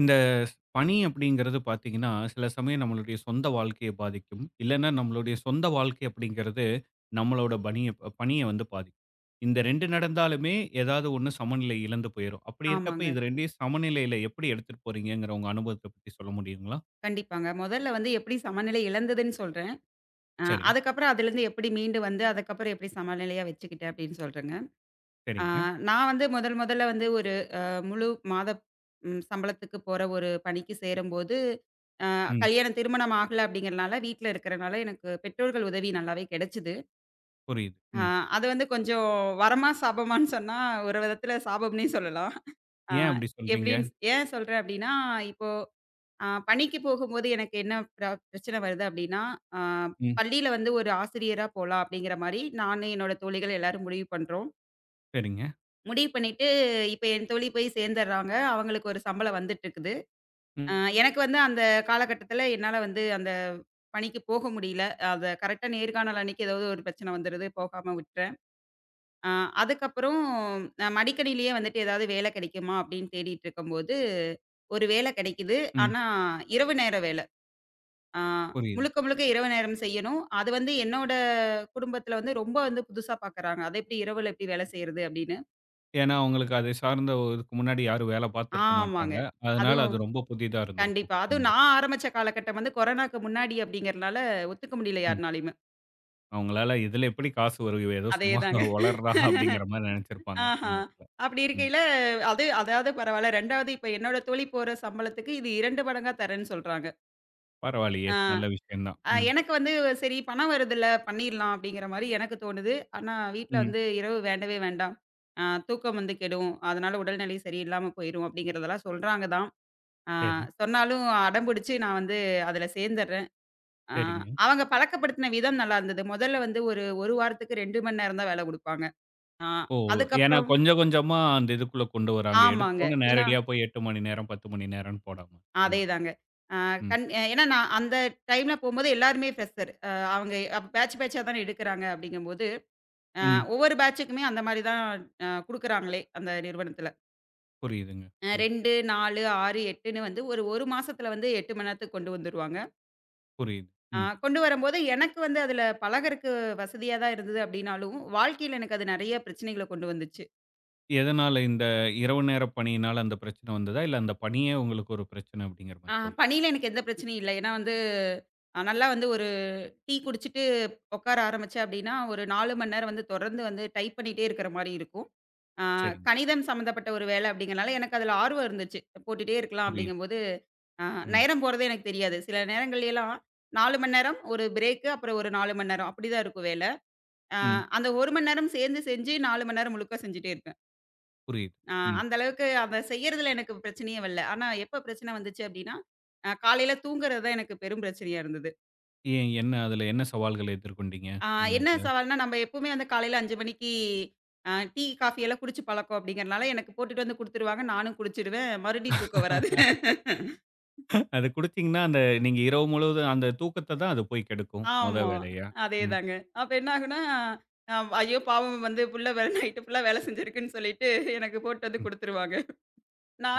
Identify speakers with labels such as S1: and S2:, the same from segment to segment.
S1: இந்த பணி அப்படிங்கிறது பார்த்தீங்கன்னா, சில சமயம் நம்மளுடைய சொந்த வாழ்க்கைய பாதிக்கும். இல்லன்னா நம்மளுடைய சொந்த வாழ்க்கை அப்படிங்கிறது, நம்மளோட பணிய பணிய வந்து பாதிக்கும். இந்த 2 நடந்தாலுமே ஏதாவது ஒண்ணு சமநிலை இழந்து போயிரும். அப்படி இருக்கப்ப
S2: ஆமாங்க.
S1: இது 2யும் சமநிலையில எப்படி எடுத்துட்டு போறீங்கங்கிற உங்க அனுபவத்த பத்தி சொல்ல முடியுங்களா?
S2: கண்டிப்பாங்க. முதல்ல வந்து எப்படி சமநிலை இழந்ததுன்னு சொல்றேன். அ
S1: சரிங்க,
S2: அதுக்கப்புறம் அதுலருந்து எப்படி மீண்டு வந்து, அதுக்கப்புறம் எப்படி சமநிலையா வச்சுக்கிட்டேன் அப்படின்னு சொல்றேங்க. அ
S1: சரிங்க.
S2: நான் வந்து முதல் முதல்ல வந்து ஒரு முழு மாத ம் சம்பளத்துக்கு போற ஒரு பணிக்கு சேரும்போது, அ
S1: ம்.
S2: கல்யாணம் திருமணம் ஆகல அப்படிங்கிறனால, வீட்ல இருக்கிறனால எனக்கு பெற்றோர்கள் உதவி நல்லாவே கிடைச்சது.
S1: புரியுது.
S2: அ
S1: ம்.
S2: அது வந்து கொஞ்சம் வரமா சாபமான்னு சொன்னா, ஒரு விதத்துல சாபம்னே சொல்லலாம். அ
S1: ஏன் அப்படி சொல்றீங்க?
S2: எப்படின்னு ஏன் சொல்றேன் அப்படின்னா, இப்போ பணிக்கு போகும்போது எனக்கு என்ன பிரச்சனை வருது அப்படின்னா, ஆ
S1: ம்.
S2: பள்ளியில வந்து ஒரு ஆசிரியரா போலாம் அப்படிங்கிற மாரி நானு, என்னோட தோழிகள் எல்லாரும் முடிவு பண்றோம்.
S1: சரிங்க.
S2: முடிவு பண்ணிட்டு இப்ப என் தோழி போய் சேர்ந்துடுறாங்க. அவங்களுக்கு ஒரு சம்பளம் வந்துட்டுருக்குது. ஆ
S1: ம்.
S2: எனக்கு வந்து அந்த காலகட்டத்தில என்னால வந்து அந்த பணிக்கு போக முடியல. அத கரெக்ட்டா நேர்காணல் அன்னைக்கு ஏதாவது ஒரு பிரச்சனை வந்துருது. போகாம விட்டுறேன். ஆ அதுக்கப்புறம் மடிக்கணினியிலேயே வந்துட்டு ஏதாவது வேலை கிடைக்குமா அப்படின்னு தேடிட்டு இருக்கும்போது, ஒரு வேலை கிடைக்குது.
S1: ம்.
S2: ஆனா இரவு நேர வேலை. ஆ
S1: புரியுது.
S2: முழுக்க, முழுக்க இரவு நேரம் செய்யணும். அது வந்து என்னோட குடும்பத்தில வந்து ரொம்ப வந்து புதுசா பார்க்குறாங்க. "அது எப்படி இரவுல எப்படி வேலை செய்றது?" அப்படின்னு.
S1: ஏன்னா உங்களுக்கு அதை சார்ந்த இதுக்கு முன்னாடி யாரும் வேலை பார்த்திருக்க மாட்டாங்க.
S2: ஆமாங்க.
S1: அதனால
S2: அதுவும்
S1: அது ரொம்ப புதிதா இருந்திருக்கும்
S2: கண்டிப்பா. அதுவும்
S1: உங்களுக்கு.
S2: நான் ஆரம்பிச்ச காலகட்டம் வந்து கொரோனாக்கு முன்னாடி அப்படிங்கிறனால ஒத்துக்க முடியல
S1: ம்.
S2: யாருனாலயுமே.
S1: அவங்களால இதில எப்படி காசு வரும்? இவ ஏதோ சும்மா
S2: அதேதாங்க.
S1: ஒளர்றா அப்படிங்கிற மாரி நெனைச்சிருப்பாங்க
S2: ஆஹா.
S1: அந்த இடத்துல.
S2: அப்படி
S1: ம்.
S2: இருக்கையில அது அதாவது பரவால்ல. 2வது இப்ப என்னோட தோழி போடுற சம்பளத்துக்கு இது 2 மடங்கா தரேன்னு சொல்றாங்க.
S1: பரவாயில்லையே!
S2: ஆ.
S1: நல்ல விஷயம் தான். ம்.
S2: எனக்கு வந்து சரி பணம் வருதுல்ல பண்ணிடலாம் அப்படிங்கிற மாரி எனக்கு தோணுது. ஆனா வீட்ல
S1: ம்.
S2: வந்து இரவு வேண்டவே வேண்டாம். தூக்கம் வந்து கெடும். அதனால உடல்நிலை சரியில்லாம போயிரும் அப்படிங்கிறதெல்லாம் சொல்றாங்க தான். அ
S1: சரி,
S2: சொன்னாலும் அடம்பிடிச்சு நான் வந்து அதுல சேர்ந்துடுறேன். அ
S1: சரிங்க.
S2: அவங்க பழக்கப்படுத்தின விதம் நல்லா இருந்தது. முதல்ல வந்து ஒரு 1 வாரத்துக்கு 2 மணி நேரம் தான் வேலை குடுப்பாங்க. அ
S1: ஓ! ஏன்னா
S2: அதுக்கப்புறம்
S1: கொஞ்சம் கொஞ்சமா அந்த இதுக்குள்ள கொண்டு வராங்க.
S2: ஆமாங்க.
S1: எடுத்தோனே
S2: ஏன்னா
S1: நேரடியா போய் 8 மணி நேரம், 10 மணி நேரம்னு போடாம அந்த இது.
S2: அதேதாங்க. அ
S1: ம்.
S2: கண் ஏன்னா நான் அந்த டைம்ல போம்போது எல்லாருமே ஃப்ரெஷர். அவங்க அப்ப பேட்ச் பேட்ச்சா தானே எடுக்குறாங்க அப்படிங்கும்போது அ
S1: ம்.
S2: ஒவ்வொரு பேட்சுக்குமே அந்த மாரி தான் குடுக்குறாங்களே, அந்த நிறுவனத்துல.
S1: புரியுதுங்க. ம்.
S2: 2, 4, 6, 8ன்னு வந்து ஒரு, 1 மாசத்துல வந்து 8 மணி நேரத்துக்கு கொண்டு வந்துருவாங்க.
S1: புரியுது. ம்.
S2: கொண்டு வரும்போது எனக்கு வந்து அதுல பழகறக்கு வசதியா தான் இருந்தது அப்டின்னாலும், வாழ்க்கையில எனக்கு அது நெறைய பிரச்சனைகள கொண்டு வந்துச்சு.
S1: எதனால இந்த இரவு நேர பணியினால அந்த பிரச்சனை வந்ததா? இல்ல அந்த பணியே உங்களுக்கு ஒரு பிரச்சனை அப்படிங்கிற
S2: அ
S1: மாரி சொல்றீங்க.
S2: பணியில எனக்கு எந்த பிரச்சனையும் இல்ல. ஏன்னா வந்து நல்லா வந்து ஒரு டீ குடிச்சிட்டு உட்கார ஆரம்பிச்சேன் அப்டின்னா, ஒரு 4 மணி நேரம் வந்து தொடர்ந்து வந்து டைப் பண்ணிட்டே இருக்கிற மாரி இருக்கும். அ
S1: சரிங்க.
S2: கணிதம் சம்மந்தப்பட்ட ஒரு வேல அப்டிங்கிறனால எனக்கு அதுல ஆர்வம் இருந்துச்சு. போட்டுட்டே இருக்கலாம்
S1: புரியுது.
S2: அப்டிங்கும்போது ஆ
S1: ம்.
S2: நேரம் போறதே எனக்கு தெரியாது. சில நேரங்கள்லலாம் 4 மணி நேரம், ஒரு பிரேக்கு, அப்புறம் ஒரு 4 மணி நேரம் அப்படிதான் இருக்கும் வேல. ஆ
S1: ம்.
S2: அந்த 1 மணி நேரம் சேர்ந்து செஞ்சு 4 மணி நேரம் முழுக்க செஞ்சுட்டே இருப்பேன்.
S1: புரியுது.
S2: ஆ
S1: ம்.
S2: அந்த அளவுக்கு அத செய்யறதுல எனக்கு பிரச்சனையே வரல. ஆனா எப்ப பிரச்சனை வந்துச்சு அப்படின்னா, காலையில தூங்குறது தான் எனக்கு பெரும் பிரச்சனையா இருந்தது.
S1: ஏன் என்ன அதுல என்ன சவால்கள் எதிர்கொண்டீங்க?
S2: ஆ
S1: அந்த
S2: என்ன
S1: இதுல?
S2: சவால்னா, நம்ம எப்பவுமே வந்து காலையில 5 மணிக்கு டீ, காஃபி எல்லாம் குடிச்சு பழக்கம் அப்படிங்கிறனால எனக்கு போட்டுட்டு வந்து குடுத்துருவாங்க. நானும் குடிச்சிருவேன். மறுபடியும் தூக்கம் வராது.
S1: அத குடிச்சீங்கன்னா, அந்த நீங்க இரவு முழுவதும் அந்த தூக்கத்த தான் அது போய் கெடுக்கும், மொத
S2: ஆமா.
S1: வேலையா. ம்,
S2: அதேதாங்க. அப்ப என்ன ஆகும்னா, அ ஐயோ! பாவம் வந்து புள்ள வேற நைட்டு ஃபுல்லா வேலை செஞ்சிருக்குன்னு சொல்லிட்டு, எனக்கு போட்டு வந்து
S1: ம்.
S2: குடுத்துருவாங்க.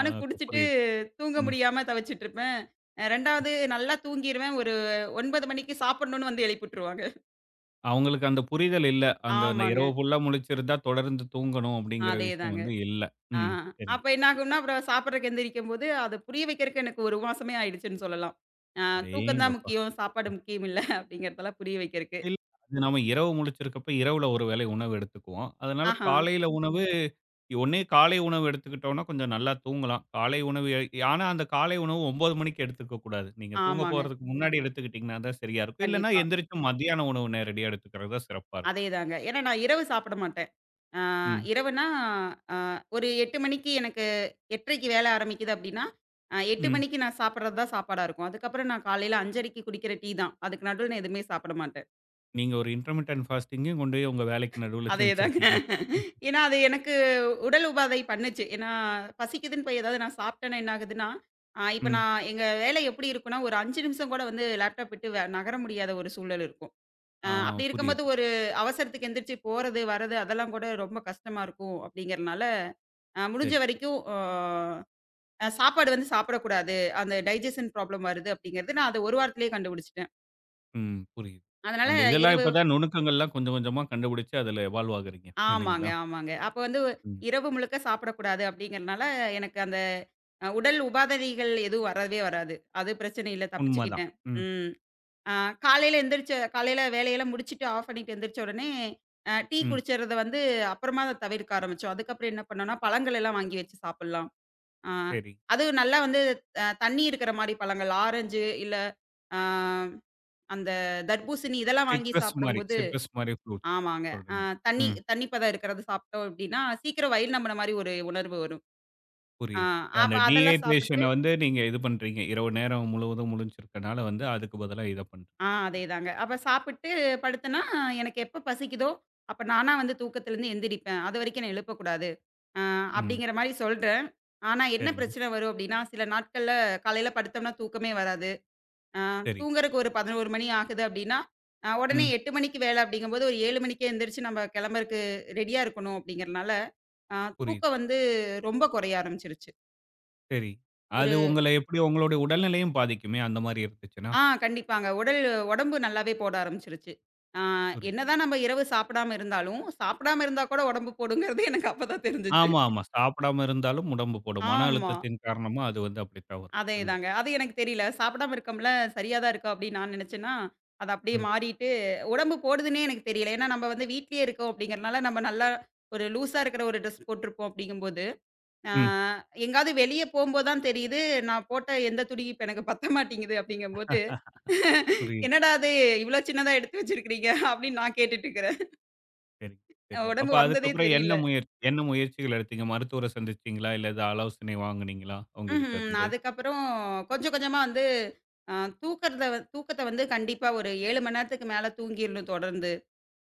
S1: ஆ இப்ப
S2: குடிச்சிட்டு
S1: புரியுது.
S2: தூங்க
S1: ம்.
S2: முடியாம தவிச்சிட்டுருப்பேன். 2வது நல்லா தூங்கிருவேன். ஒரு 9 மணிக்கு சாப்பிடணும்னு வந்து எழுப்பிட்டுருவாங்க.
S1: அவங்களுக்கு அந்த புரிதல் இல்ல. அந்த நான்
S2: ஆமாங்க.
S1: இரவு ஃபுல்லா முழிச்சிருந்தா தொடர்ந்து தூங்கணும் அப்படிங்கிற விஷயம்
S2: அதேதாங்க.
S1: வந்து இல்ல.
S2: ஆ.
S1: ம். சரிங்க.
S2: அப்ப என்ன ஆகும்னா, அப்புறம் சாப்பிடறக்கு எந்திரிக்கும்போது, அத புரிய வைக்கிறக்கு எனக்கு 1 மாசமே ஆயிடுச்சுன்னு சொல்லலாம். அ தூக்கம் தான்
S1: அடேங்கப்பா!
S2: முக்கியம். சாப்பாடு
S1: ம்.
S2: முக்கியம் இல்ல அப்படிங்கிறதெல்லாம் புரிய வைக்கிறக்கு.
S1: இல்ல அது நம்ம இரவு முழிச்சிருக்கப்ப, இரவுல ஒரு வேளை உணவு எடுத்துக்குவோம். அதனால
S2: ஆஹா.
S1: காலையில உணவு ஒண்ணு காலை உணவு எடுத்துக்கிட்டோம்னா, கொஞ்சம் நல்லா தூங்கலாம். காலை உணவு ஆனா அந்த காலை உணவு 9 மணிக்கு எடுத்துக்க கூடாது. நீங்க தூங்க
S2: ஆமாங்க.
S1: போறதுக்கு முன்னாடி எடுத்துக்கிட்டீங்கன்னா தான் சரியா இருக்கும். இல்லன்னா
S2: கண்டிப்பா.
S1: எந்திரிச்சு மத்தியான உணவு நேரடியா எடுத்துக்கிறது தான் சிறப்பா இருக்கும்.
S2: அதேதாங்க. ஏன்னா நான் இரவு சாப்பிட மாட்டேன். ஆ,
S1: ம்,
S2: இரவுனா அ ஒரு 8 மணிக்கு எனக்கு 8:30க்கு வேலை ஆரம்பிக்குது அப்டின்னா, 8
S1: ம்.
S2: மணிக்கு நான் சாப்பிடுறது தான் சாப்பாடா இருக்கும். அதுக்கப்புறம் நான் காலையில 5:30க்கு குடிக்கிற டீ தான். அதுக்கு நடுவுல நான் எதுவுமே சாப்பிட மாட்டேன்.
S1: நீங்க ஒரு இன்டர்மிட்டன்ட் ஃபாஸ்டிங்கையும் கொண்டு போய் உங்க வேலைக்கு நடுவுல
S2: அதே தாங்க.
S1: திணிச்சிருக்கீங்க. ம்,
S2: ஏன்னா, அது எனக்கு உடல் உபாதை பண்ணுச்சு. ஏன்னா, பசிக்குதுன்னு போய் ஏதாவது நான் சாப்பிட்டேன்னா என்ன ஆகுதுன்னா, இப்ப
S1: ம்.
S2: நான் எங்க வேலை எப்டி இருக்குன்னா, ஒரு 5 நிமிஷம் கூட வந்து லேப்டாப் விட்டு நகர முடியாத ஒரு சூழல் இருக்கும்.
S1: ஆ
S2: அப்படி இருக்கும்போது
S1: புரியுது.
S2: ஒரு அவசரத்துக்கு எந்திரிச்சு போறது, வர்றது அதெல்லாம் கூட ரொம்ப கஷ்டமா இருக்கும் அப்படிங்கிறனால, அ முடிஞ்ச
S1: சரி.
S2: வரைக்கும் அ அ சாப்பாடு வந்து சாப்பிடக்கூடாது. அந்த டைஜெஷன் ப்ராப்ளம் வருது அப்படிங்கிறது நான் அது ஒரு வாரத்திலேயே கண்டுபிடிச்சுட்டேன்.
S1: ம் புரியுது.
S2: அதனால
S1: அந்த இதெல்லாம்
S2: இரவு
S1: இப்ப தான் நுணுக்கங்கள்லாம் கொஞ்சம் கொஞ்சமா கண்டுபிடிச்சு அதில எவால்வ் ஆகுறீங்க
S2: ஆமாங்க,
S1: இல்லைங்களா?
S2: ஆமாங்க. அப்ப வந்து
S1: ம்.
S2: இரவு முழுக்க சாப்பிடக்கூடாது அப்படிங்கிறனால, எனக்கு அந்த உடல் உபாதைகள் எதுவும் வரவே வராது. அது பிரச்சனை இல்ல
S1: உண்மதான்.
S2: தப்பிச்சுக்கிட்டேன்.
S1: ம்,
S2: ம். ஆ காலையில எந்திரிச்ச காலையில வேலையெல்லாம் முடிச்சுட்டு ஆஃப் பண்ணிட்டு எந்திரிச்ச உடனே, டீ
S1: ம்.
S2: குடிச்சறத வந்து அப்புறமா அத தவிர்க்க ஆரம்பிச்சோம். அதுக்கப்புறம் என்ன பண்ணோம்னா, பழங்கள் எல்லாம் வாங்கி வச்சு சாப்பிடலாம். ஆ
S1: சரி.
S2: அதுவும் நல்லா வந்து தண்ணி இருக்கிற மாரி பழங்கள், ஆரஞ்சு இல்ல ஆ அந்த தர்பூசணி இதெல்லாம் வாங்கி
S1: சிட்ரஸ் மாரி
S2: சாப்பிடும்போது
S1: சிட்ரஸ் மாரி ஃப்ரூட்ஸ்
S2: ஆமாங்க. அ
S1: சொல்றீங்க.
S2: தண்ணி
S1: ம்.
S2: தண்ணி பதம் இருக்கிறது சாப்பிட்டோம் அப்படின்னா, சீக்கிரம் வயிறு நம்புன மாரி ஒரு உணர்வு வரும். ஆ
S1: புரியுது.
S2: அப்ப
S1: அந்த
S2: அதெல்லாம் சாப்பிட்டு
S1: டீஹைட்ரேஷன வந்து நீங்க இது பண்றீங்க. இரவு நேரம் முழுவதும் முழிச்சிருக்கனால வந்து அதுக்கு பதிலா இத பண்றீங்க.
S2: அதேதாங்க. அப்ப சாப்பிட்டு படுத்தேன்னா, எனக்கு எப்ப பசிக்குதோ, அப்ப நானா வந்து தூக்கத்துலருந்து எந்திரிப்பேன். அதுவரைக்கும் என்ன எழுப்பக்கூடாது. அ
S1: ம்.
S2: அப்படிங்கிற மாரி சொல்றேன். ஆனா என்ன
S1: சரிங்க.
S2: பிரச்சனை வரும் அப்படின்னா, சில நாட்கள்ல காலையில படுத்தோம்னா தூக்கமே வராது. அ
S1: சரி.
S2: தூங்குறக்கு ஒரு 11 மணி ஆகுது அப்படின்னா, உடனே
S1: ம்.
S2: 8 மணிக்கு வேலை அப்படிங்கும்போது, ஒரு 7 மணிக்கே எந்திரிச்சு நம்ம கிளம்புறக்கு ரெடியா இருக்கணும் அப்படிங்கிறனால, அ
S1: புரியுது.
S2: தூக்கம் வந்து ரொம்ப குறைய ஆரம்பிச்சுருச்சு.
S1: சரி. அது உங்கள எப்படி உங்களுடைய உடல்நிலையும் பாதிக்குமே அந்த மாரி இருந்துச்சுன்னா.
S2: கண்டிப்பாங்க. உடம்பு நல்லாவே போட ஆரம்பிச்சுருச்சு. ஆ
S1: புரியுது.
S2: என்னதான் நம்ம இரவு சாப்பிடாம இருந்தாலும், சாப்பிடாம இருந்தா கூட உடம்பு போடுங்கிறது எனக்கு அப்பதான் தெரிஞ்சுச்சு.
S1: ஆமா, ஆமா. சாப்பிடாம இருந்தாலும் உடம்பு போடும். மன
S2: ஆமா.
S1: அழுத்தத்தின் காரணமா அது வந்து அப்படித்தான் வரும் அந்த இது.
S2: அதேதாங்க. அது எனக்கு தெரியல. சாப்பிடாம இருக்கோம்ல, சரியா தான் இருக்கா அப்படின்னு நான் நினைச்சேன்னா, அது அப்படியே
S1: ம்.
S2: மாறிட்டு உடம்பு போடுதுன்னே எனக்கு தெரியல. ஏன்னா நம்ம வந்து வீட்லயே இருக்கோம் அப்படிங்கிறனால, நம்ம நல்லா ஒரு லூஸா இருக்கிற ஒரு ட்ரெஸ் போட்டிருப்போம் அப்படிங்கும்போது, ஆ
S1: ம்.
S2: எங்கேயாவது வெளிய போம்போது தான் தெரியுது, நான் போட்ட எந்த துணியும் இப்ப எனக்கு பத்த மாட்டேங்குது அப்படிங்கும்போது
S1: புரியுது.
S2: "என்னடா அது இவ்ளோ சின்னதா எடுத்து வச்சிருக்கிறீங்க?" அப்படின்னு நான் கேட்டுட்டு இருக்கிறேன்.
S1: சரிங்க, சரிங்க.
S2: உடம்பு
S1: அப்ப
S2: வந்ததே
S1: அதுக்கப்புறம்
S2: தெரியல.
S1: என்ன முயற்சிகள் எடுத்தீங்க? மருத்துவர சந்திச்சீங்களா? இல்ல எது ஆலோசனை வாங்குனீங்களா அவங்க கிட்ட
S2: ம்ஹ்ம்.
S1: இருந்து?
S2: அதுக்கப்புறம் கொஞ்சம் கொஞ்சமா வந்து அ தூக்கறத வந் தூக்கத்த வந்து கண்டிப்பா ஒரு 7 மணி நேரத்துக்கு மேல தூங்கிரணும் தொடர்ந்து.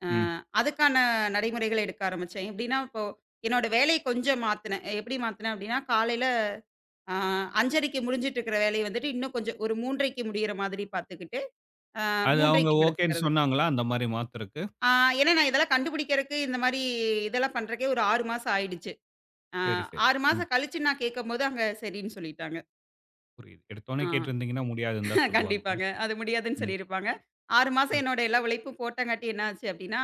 S2: அ
S1: ம்.
S2: அதுக்கான நடைமுறைகள எடுக்க ஆரம்பிச்சேன். எப்படின்னா, இப்போ என்னோட வேலைய கொஞ்சம் மாத்துனேன். எப்படி மாத்துனேன் அப்படின்னா, காலையில அ 5:30க்கு முடிஞ்சிட்டு இருக்கிற வேலைய வந்துட்டு, இன்னும் கொஞ்சம் ஒரு 3:30க்கு முடியிற மாதிரி பாத்துக்கிட்டு, அ
S1: அது அவங்க
S2: 3:30க்கு
S1: ஓகேன்னு
S2: படுத்துக்கிறது.
S1: சொன்னாங்களா? அந்த மாரி மாத்தறக்கு?
S2: ஆ ஏன்னா நான் இதெல்லாம் கண்டுபிடிக்கிறக்கு, இந்த மாரி இதெல்லாம் பண்றக்கே ஒரு 6 மாசம் ஆயிடுச்சு. ஆ
S1: சரி, சரி.
S2: 6
S1: ம்.
S2: மாசம் கழிச்சு நான் கேட்கும்போது, அங்க சரின்னு சொல்லிட்டாங்க.
S1: புரியுது. எடுத்தோனே
S2: ஆ
S1: கேட்டிருந்தீங்கன்னா முடியாதுன்னு தான் சொல்லுவாங்க.
S2: கண்டிப்பாங்க. அது முடியாதுன்னு
S1: ம்,
S2: சொல்லியிருப்பாங்க. 6 மாசம்
S1: ம்.
S2: என்னோட எல்லா உழைப்பும் போட்டங்காட்டி என்ன ஆச்சு அப்டின்னா,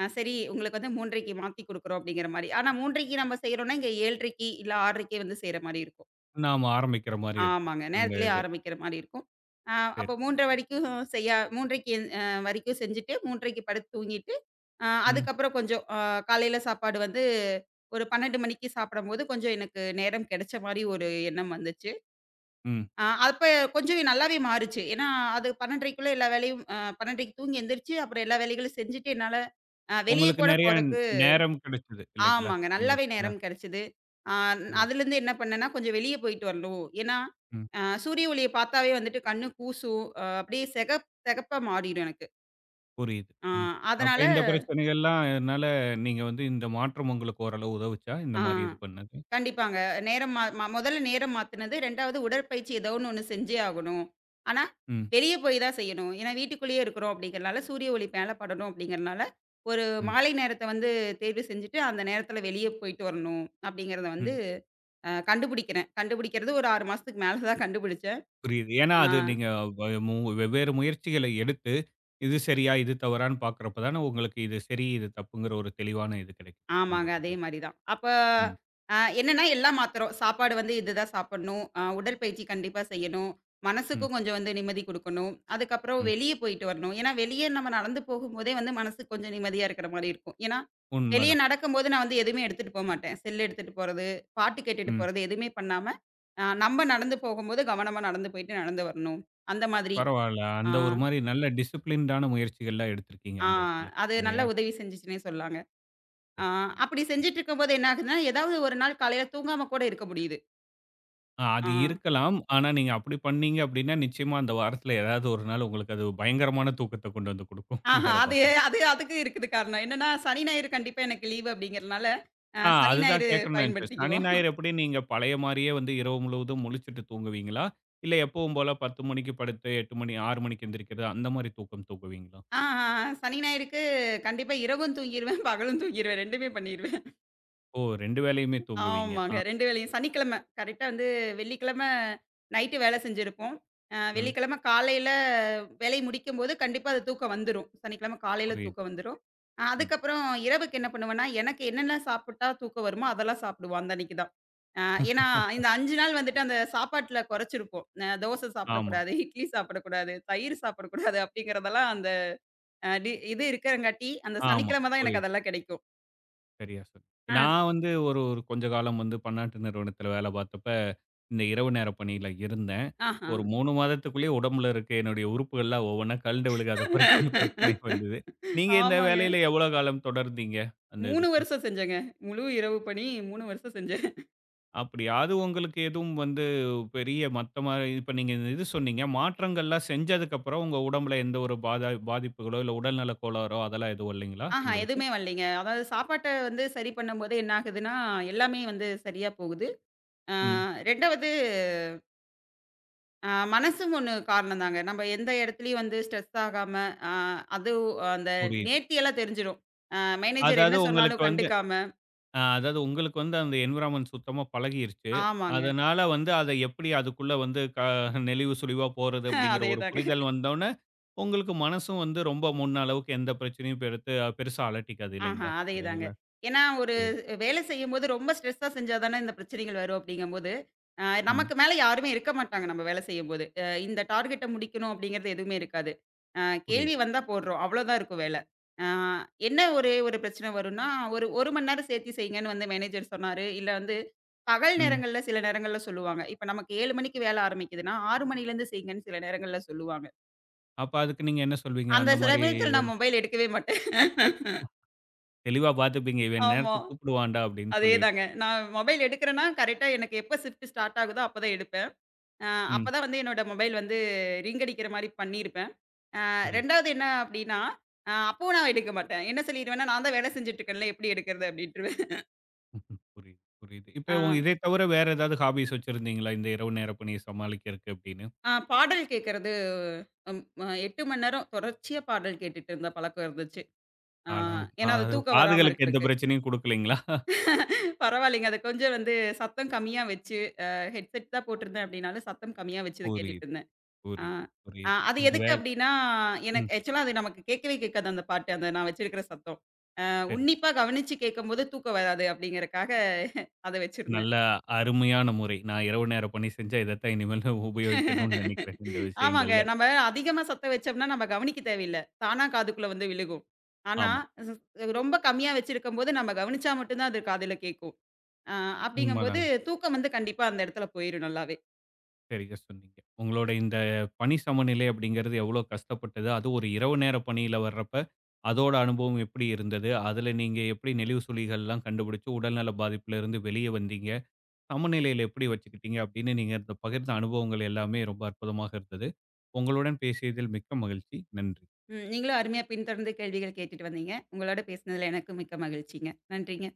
S2: சரி உங்களுக்கு வந்து 3:30க்கு மாத்தி குடுக்குறோம் அப்டிங்கிற மாரி. ஆனா 3:30க்கு நம்ம செய்றோம்னா, இங்க 7:30க்கு இல்ல 6:30க்கே வந்து செய்ற மாரி இருக்கும்.
S1: நாம ஆரம்பிக்கிற மாரி இருக்கும்
S2: ஆமாங்க.
S1: அந்த
S2: நேரத்திலேயே
S1: இது.
S2: ஆரம்பிக்கிற மாரி இருக்கும். அ
S1: சரி.
S2: அப்போ 3:30 வரைக்கும் செய்யா 3:30க்கு அ வரைக்கும் செஞ்சுட்டு 3:30க்கு படுத்து தூங்கிட்டு, அ
S1: ம்,
S2: அதுக்கப்புறம் கொஞ்சம் அ காலையில சாப்பாடு வந்து ஒரு 12 மணிக்கு சாப்பிடும்போது கொஞ்சம் எனக்கு நேரம் கிடைச்ச மாரி ஒரு எண்ணம் வந்துச்சு.
S1: ம்.
S2: அப்ப கொஞ்சம் நல்லாவே மாறுச்சு. ஏன்னா, அது 12:30க்கு தூங்கி எந்திரிச்சு, அப்புறம் எல்லா வேலைகளும் செஞ்சுட்டு என்னால வெளிய
S1: உங்களுக்கு
S2: கூட
S1: நெறைய
S2: போற
S1: நேரம் கிடைச்சது இல்லைங்களா
S2: ஆமாங்க.
S1: இந்த
S2: நல்லாவே
S1: இடத்துல?
S2: நேரம் கிடைச்சது. ஆ
S1: புரியுது.
S2: அதுலேருந்து என்ன பண்ணேன்னா, கொஞ்சம் வெளிய போயிட்டு வரணும். ஏன்னா,
S1: ம்.
S2: சூரிய ஒளிய பார்த்தாவே வந்துட்டு கண்ணு கூசும். அப்படியே செகப்பா மாறிடும் எனக்கு.
S1: புரியுது.
S2: ஆ
S1: ம். அப்ப
S2: அதனால
S1: இந்த பிரச்சனைகள்லாம் அதனால நீங்க வந்து இந்த மாற்றம் உங்களுக்கு ஓரளவு உதவுச்சா இந்த
S2: ஆ.
S1: மாரி இது பண்ணது?
S2: கண்டிப்பாங்க. நேரம் மா ம முதல்ல நேரம் மாத்துனது. 2வது உடற்பயிற்சி ஏதோ ஒண்ணு ஒண்ணு செஞ்சே ஆகணும். ஆனா,
S1: ம்,
S2: வெளிய போய் தான் செய்யணும். ஏன்னா வீட்டுக்குள்ளேயே இருக்கிறோம் அப்படிங்கிறனால, சூரிய ஒளி மேல படணும் அப்படிங்கிறனால, ஒரு
S1: ம்,
S2: மாலை நேரத்த வந்து தேர்வு செஞ்சுட்டு, அந்த நேரத்தில வெளிய போயிட்டு வரணும் அப்படிங்கிறத வந்து
S1: ம்.
S2: கண்டுபிடிக்கிறேன். கண்டுபிடிக்கிறது ஒரு 6 மாசத்துக்கு மேல தான் கண்டுபிடிச்சேன்.
S1: புரியுது. ஏன்னா
S2: ஆ.
S1: அது நீங்க வ மு வெவ்வேறு முயற்சிகளை எடுத்து, இது சரியா, இது தவறான்னு பார்க்கிறப்ப தானே உங்களுக்கு இது சரி, இது தப்புங்கிற ஒரு தெளிவான இது கிடைக்கும் அந்த
S2: ஆமாங்க. அதே
S1: இது.
S2: மாரி தான். அப்ப
S1: ம்,
S2: என்னன்னா எல்லாம் மாத்துறோம். சாப்பாடு வந்து இதுதான் சாப்பிடணும். உடற்பயிற்சி கண்டிப்பா செய்யணும்.
S1: ம்.
S2: மனசுக்கும் கொஞ்சம் வந்து நிம்மதி குடுக்கணும். அதுக்கப்புறம்
S1: ம்.
S2: வெளிய போயிட்டு வரணும். ஏன்னா, வெளிய நம்ம நடந்து போகும்போதே வந்து மனசுக்கு கொஞ்சம் நிம்மதியா இருக்கிற மாரி இருக்கும். ஏன்னா, வெளிய
S1: உண்மதான்.
S2: நடக்கும்போது நான் வந்து எதுவுமே எடுத்துட்டு போமாட்டேன். செல் எடுத்துட்டு போறது, பாட்டு கேட்டுட்டு
S1: ம்.
S2: போறது எதுவுமே பண்ணாம, நம்ம நடந்து போகும்போது கவனமா நடந்து போயிட்டு நடந்து வரணும். அந்த மாதிரி.
S1: பரவால்ல.
S2: ஆ,
S1: அந்த ஒரு மாரி நல்ல டிசிப்ளின்டான முயற்சிகள்லாம் எடுத்திருக்கீங்க
S2: ஆ
S1: அந்த இடத்துல.
S2: அது நல்ல
S1: இல்லையா?
S2: உதவி செஞ்சுச்சுன்னே சொல்லலாங்க. ஆ, அப்படி செஞ்சுட்டு இருக்கும்போது என்ன ஆகுதுன்னா, ஏதாவது ஒரு நாள் காலையில தூங்காம கூட இருக்க முடியுது.
S1: அ அது
S2: ஆ.
S1: இருக்கலாம். ஆனா, நீங்க அப்படி பண்ணீங்க அப்படின்னா, நிச்சயமா அந்த வாரத்துல ஏதாவது ஒரு நாள் உங்களுக்கு அது பயங்கரமான தூக்கத்த கொண்டு வந்து குடுக்கும்
S2: ஆஹா
S1: வேலை
S2: அது
S1: பார்க்கறப்ப.
S2: அது அதுக்கு இருக்குது காரணம். என்னன்னா, சனி, ஞாயிறு கண்டிப்பா எனக்கு லீவு அப்படிங்கிறதுனால,
S1: ஆ
S2: சனி,
S1: அதுதான்
S2: ஞாயிறு
S1: கேட்கணும்னு நெனச்சேன். சனி,
S2: பயன்படுத்திக்குவோம்.
S1: ஞாயிறு எப்படி நீங்க பழைய மாரியே வந்து இரவு முழுவதும் முழிச்சுட்டு தூங்குவீங்களா? இல்ல எப்பவும் போல 10 மணிக்கு படுத்து 8 மணி 6 மணிக்கு எந்திரிக்கிறது அந்த மாரி தூக்கம் தூங்குவீங்களா?
S2: ஆ, ஆ, ஆ. சனி, ஞாயிறுக்கு கண்டிப்பா இரவும் தூங்கிருவேன், பகலும் தூங்கிருவேன். 2மே பண்ணிருவேன்.
S1: ஓ! 2 வேளையுமே தூங்குவீங்க.
S2: ஆமாங்க.
S1: ஆ.
S2: 2 வேளையும் சனிக்கிழமை கரெக்ட்டா வந்து வெள்ளிக்கிழமை நைட்டு வேலை செஞ்சிருப்போம்.
S1: ம்.
S2: வெள்ளிக்கிழமை காலையில வேலை முடிக்கும்போது கண்டிப்பா அது தூக்கம் வந்துரும். சனிக்கிழமை காலையில
S1: புரியுது.
S2: தூக்கம் வந்துரும்.
S1: ம்.
S2: அதுக்கப்புறம் இரவுக்கு என்ன பண்ணுவேன்னா, எனக்கு என்னென்ன சாப்பிட்டா தூக்கம் வருமோ அதெல்லாம் சாப்பிடுவோம் அந்த அன்னைக்கு தான். அ ஏன்னா, இந்த 5 நாள் வந்துட்டு அந்த சாப்பாட்டுல குறைச்சிருப்போம். தோசை
S1: ஆமா,
S2: சாப்பிடக்கூடாது, இட்லி சாப்பிடக்கூடாது, தயிர் சாப்பிடக்கூடாது அப்படிங்கிறதெல்லாம் அந்த அ டி இது இருக்கிறங்காட்டி, அந்த
S1: ஆமா.
S2: சனிக்கிழமை தான் எனக்கு
S1: புரியுது.
S2: அதெல்லாம் கிடைக்கும்.
S1: சரியா சொன்னீங்க.
S2: ஆ.
S1: நான் வந்து ஒரு ஒரு கொஞ்ச காலம் வந்து பன்னாட்டு நிறுவனத்தில வேலை பார்த்தப்ப, இந்த இரவு நேர பணியில இருந்தேன்.
S2: ஆஹா.
S1: ஒரு 3 மாதத்துக்குள்ளேயே உடம்புல இருக்க என்னுடைய உறுப்புகள்லாம் ஒவ்வொன்னா கழண்டு விழுக, அத குறைக்க பிரச்சனை வந்தது. நீங்க இந்த
S2: ஆமாங்க.
S1: வேலையில எவ்வளோ காலம் தொடர்ந்தீங்க அந்த
S2: 3
S1: இதுக்கு?
S2: வருஷம் செஞ்சேங்க. முழு இரவு பணி 3 வருஷம் செஞ்சேன்.
S1: அப்படியா? அது உங்களுக்கு எதுவும் வந்து பெரிய மத்த மாரி இப்ப நீங்க இது சொன்னீங்க, மாற்றங்கள்லாம் செஞ்சதுக்கப்புறம் உங்க உடம்புல எந்த ஒரு பாதிப்புகளோ, இல்ல உடல்நல கோளாறோ அதெல்லாம் எதுவும் இல்லைங்களா
S2: ஆஹா,
S1: உங்களுக்கு?
S2: எதுவுமே வரலைங்க. அதாவது சாப்பாட்ட வந்து சரி பண்ணும்போது என்ன ஆகுதுன்னா, எல்லாமே வந்து சரியா போகுது. ஆ
S1: ம்.
S2: 2வது மனசும் ஒண்ணு காரணம் தாங்க. நம்ம எந்த இடத்துலயும் வந்து ஸ்ட்ரெஸ் ஆகாம, அ அது அந்த
S1: புரியுது.
S2: நேர்த்தியெல்லாம் தெரிஞ்சிரும். அ மேனேஜர்
S1: அதாவது
S2: என்ன
S1: உங்களுக்கு
S2: சொன்னாலும்
S1: வந்து
S2: கண்டுக்காம
S1: அதாவது உங்களுக்கு வந்து அந்த என்விரான்மென்ட் சுத்தமா பழகிருச்சு.
S2: ஆமாங்க.
S1: அதனால வந்து அத எப்படி அதுக்குள்ள வந்து க நெளிவு சுளிவா போறது அப்படிங்கிற ஒரு
S2: அதேதாங்க.
S1: புரிதல் வந்தோனே, உங்களுக்கு மனசும் வந்து ரொம்ப முன்ன அளவுக்கு எந்த பிரச்சனையும் பெருசா அலட்டிக்காது
S2: ஆஹா,
S1: இல்லைங்களா இந்த
S2: அதேதாங்க.
S1: இதுல?
S2: ஏன்னா, ஒரு
S1: புரியுது.
S2: வேலை செய்யும்போது ரொம்ப ஸ்ட்ரெஸ்ஸா செஞ்சா தானே இந்த பிரச்சனைகள் வரும் அப்படிங்கும்போது,
S1: ம்.
S2: நமக்கு மேல யாருமே இருக்க மாட்டாங்க நம்ம வேலை செய்யும்போது. இந்த டார்கெட்ட முடிக்கணும் அப்படிங்கிறது எதுவுமே இருக்காது. அ கேள்வி
S1: புரியுது.
S2: வந்தா போடுறோம். அவ்வளோதான் இருக்கும் வேலை. அ என்ன ஒரே ஒரு பிரச்சனை வரும்னா, ஒரு 1 மணி நேரம் சேர்த்து செய்யுங்கன்னு வந்து மேனேஜர் சொன்னாரு. இல்ல வந்து பகல்
S1: ம்.
S2: நேரங்கள்ல சில நேரங்கள்ல சொல்லுவாங்க. இப்ப நமக்கு 7 மணிக்கு வேலை ஆரம்பிக்குதுன்னா, 6 மணிலேருந்து செய்யுங்கன்னு சில நேரங்கள்ல சொல்லுவாங்க.
S1: அப்ப அதுக்கு நீங்க என்ன சொல்வீங்க?
S2: அந்த
S1: அந்த மாரி
S2: சமயத்தில நான்
S1: இதெல்லாம்
S2: மொபைல் எடுக்கவே மாட்டேன்.
S1: தெளிவா பார்த்துப்பீங்க. இவன்
S2: ஆமா.
S1: நேரத்துக்கு கூப்பிடுவான்டா அப்படின்னு சொல்லிட்டு.
S2: அதேதாங்க. நான் மொபைல் எடுக்கிறேன்னா, கரெக்ட்டா எனக்கு எப்ப ஷிஃப்ட் ஸ்டார்ட் ஆகுதோ அப்பதான் எடுப்பேன். அ
S1: ம்.
S2: அப்பதான் வந்து என்னோட மொபைல் வந்து ரிங் அடிக்கிற மாரி பண்ணியிருப்பேன்.
S1: புரியுது.
S2: 2வது என்ன அப்டின்னா, அப்பவும் நான் எடுக்க மாட்டேன். என்ன சொல்லிருவேன்னா, நான் தான் வேலை செஞ்சுட்டு இருக்கேன்ல, எப்படி எடுக்கிறது அப்படின்ருவேன்.
S1: ம், புரியுது, புரியுது. இப்ப
S2: ஆ
S1: இதை தவிர வேற ஏதாவது ஹாபீஸ் வச்சிருந்தீங்களா இந்த இரவு நேர பணிய சமாளிக்கிறதுக்கு அப்படின்னு?
S2: ஆ பாடல் கேட்கறது ம் அ 8 மணி நேரம் தொடர்ச்சியா பாடல் கேட்டுட்டு இருந்த பழக்கம் இருந்துச்சு. ஆ
S1: அட!
S2: ஏன்னா, அது
S1: அது
S2: தூக்கம் வராம
S1: காதுகளுக்கு எந்த
S2: இருக்கறக்கு.
S1: பிரச்சனையும் குடுக்கலைங்களா?
S2: பரவாயில்லைங்க. அது கொஞ்சம் வந்து சத்தம் கம்மியா வச்சு, ஹெட்செட் தான் போட்டிருந்தேன் அப்படின்னாலும், சத்தம் கம்மியா வச்சு அத கேட்டுட்டு
S1: புரியுது,
S2: இருந்தேன். ஆ.
S1: புரியுது,
S2: ஆ
S1: புரியுது.
S2: அது
S1: இந்த
S2: எதுக்கு
S1: வேல
S2: அப்டின்னா, எனக்கு
S1: ம்.
S2: ஆக்சுவலா அது நமக்கு கேட்கவே கேட்காது அந்த பாட்டு. அந்த நான் வச்சிருக்கிற சத்தம்.
S1: சரி.
S2: உன்னிப்பா கவனிச்சு கேட்கும்போது தூக்கம் வராது அப்டிங்கிறக்காக அத வச்சிருந்தேன்.
S1: நல்ல அருமையான முறை. நான் இரவு நேர பணி செஞ்சா இதத்தான் இனிமேல் உபயோகிக்கணும்னு நெனைக்கிறேன் இந்த
S2: ஆமாங்க.
S1: விஷயங்கள்ல.
S2: நம்ம அதிகமா சத்தம் வச்சோம்னா நம்ம கவனிக்க தேவையில்ல. தானா காதுக்குள்ள வந்து விழுகும். ஆனா,
S1: ஆமா.
S2: ஸ் ரொம்ப கம்மியா வச்சிருக்கும்போது நம்ம கவனிச்சா மட்டும் தான் அது காதுல கேட்கும். ஆ அப்டிங்கும்போது
S1: உண்மதாங்க.
S2: தூக்கம் வந்து கண்டிப்பா அந்த இடத்துல போயிரும் நல்லாவே.
S1: சரியா சொன்னீங்க. உங்களோட இந்த பணி சமநிலை அப்படிங்கிறது எவ்வளோ கஷ்டப்பட்டது, அதுவும் ஒரு இரவு நேர பணியில வர்றப்ப, அதோட அனுபவம் எப்படி இருந்தது? அதுல நீங்க எப்படி நெளிவு சுளிகள்லாம் கண்டுபிடிச்சு, உடல்நல பாதிப்புல இருந்து வெளிய வந்தீங்க? சமநிலையில எப்படி வச்சுக்கிட்டீங்க அப்படின்னு நீங்க இந்த பகிர்ந்த அனுபவங்கள் எல்லாமே ரொம்ப அற்புதமாக இருந்தது. உங்களுடன் பேசியதில் மிக்க மகிழ்ச்சி. நன்றி.
S2: ம், நீங்களும் அருமையா பின்தொடர்ந்து கேள்விகள் கேட்டுட்டு வந்தீங்க. உங்களோட பேசினதுல எனக்கும் மிக்க மகிழ்ச்சிங்க. நன்றிங்க.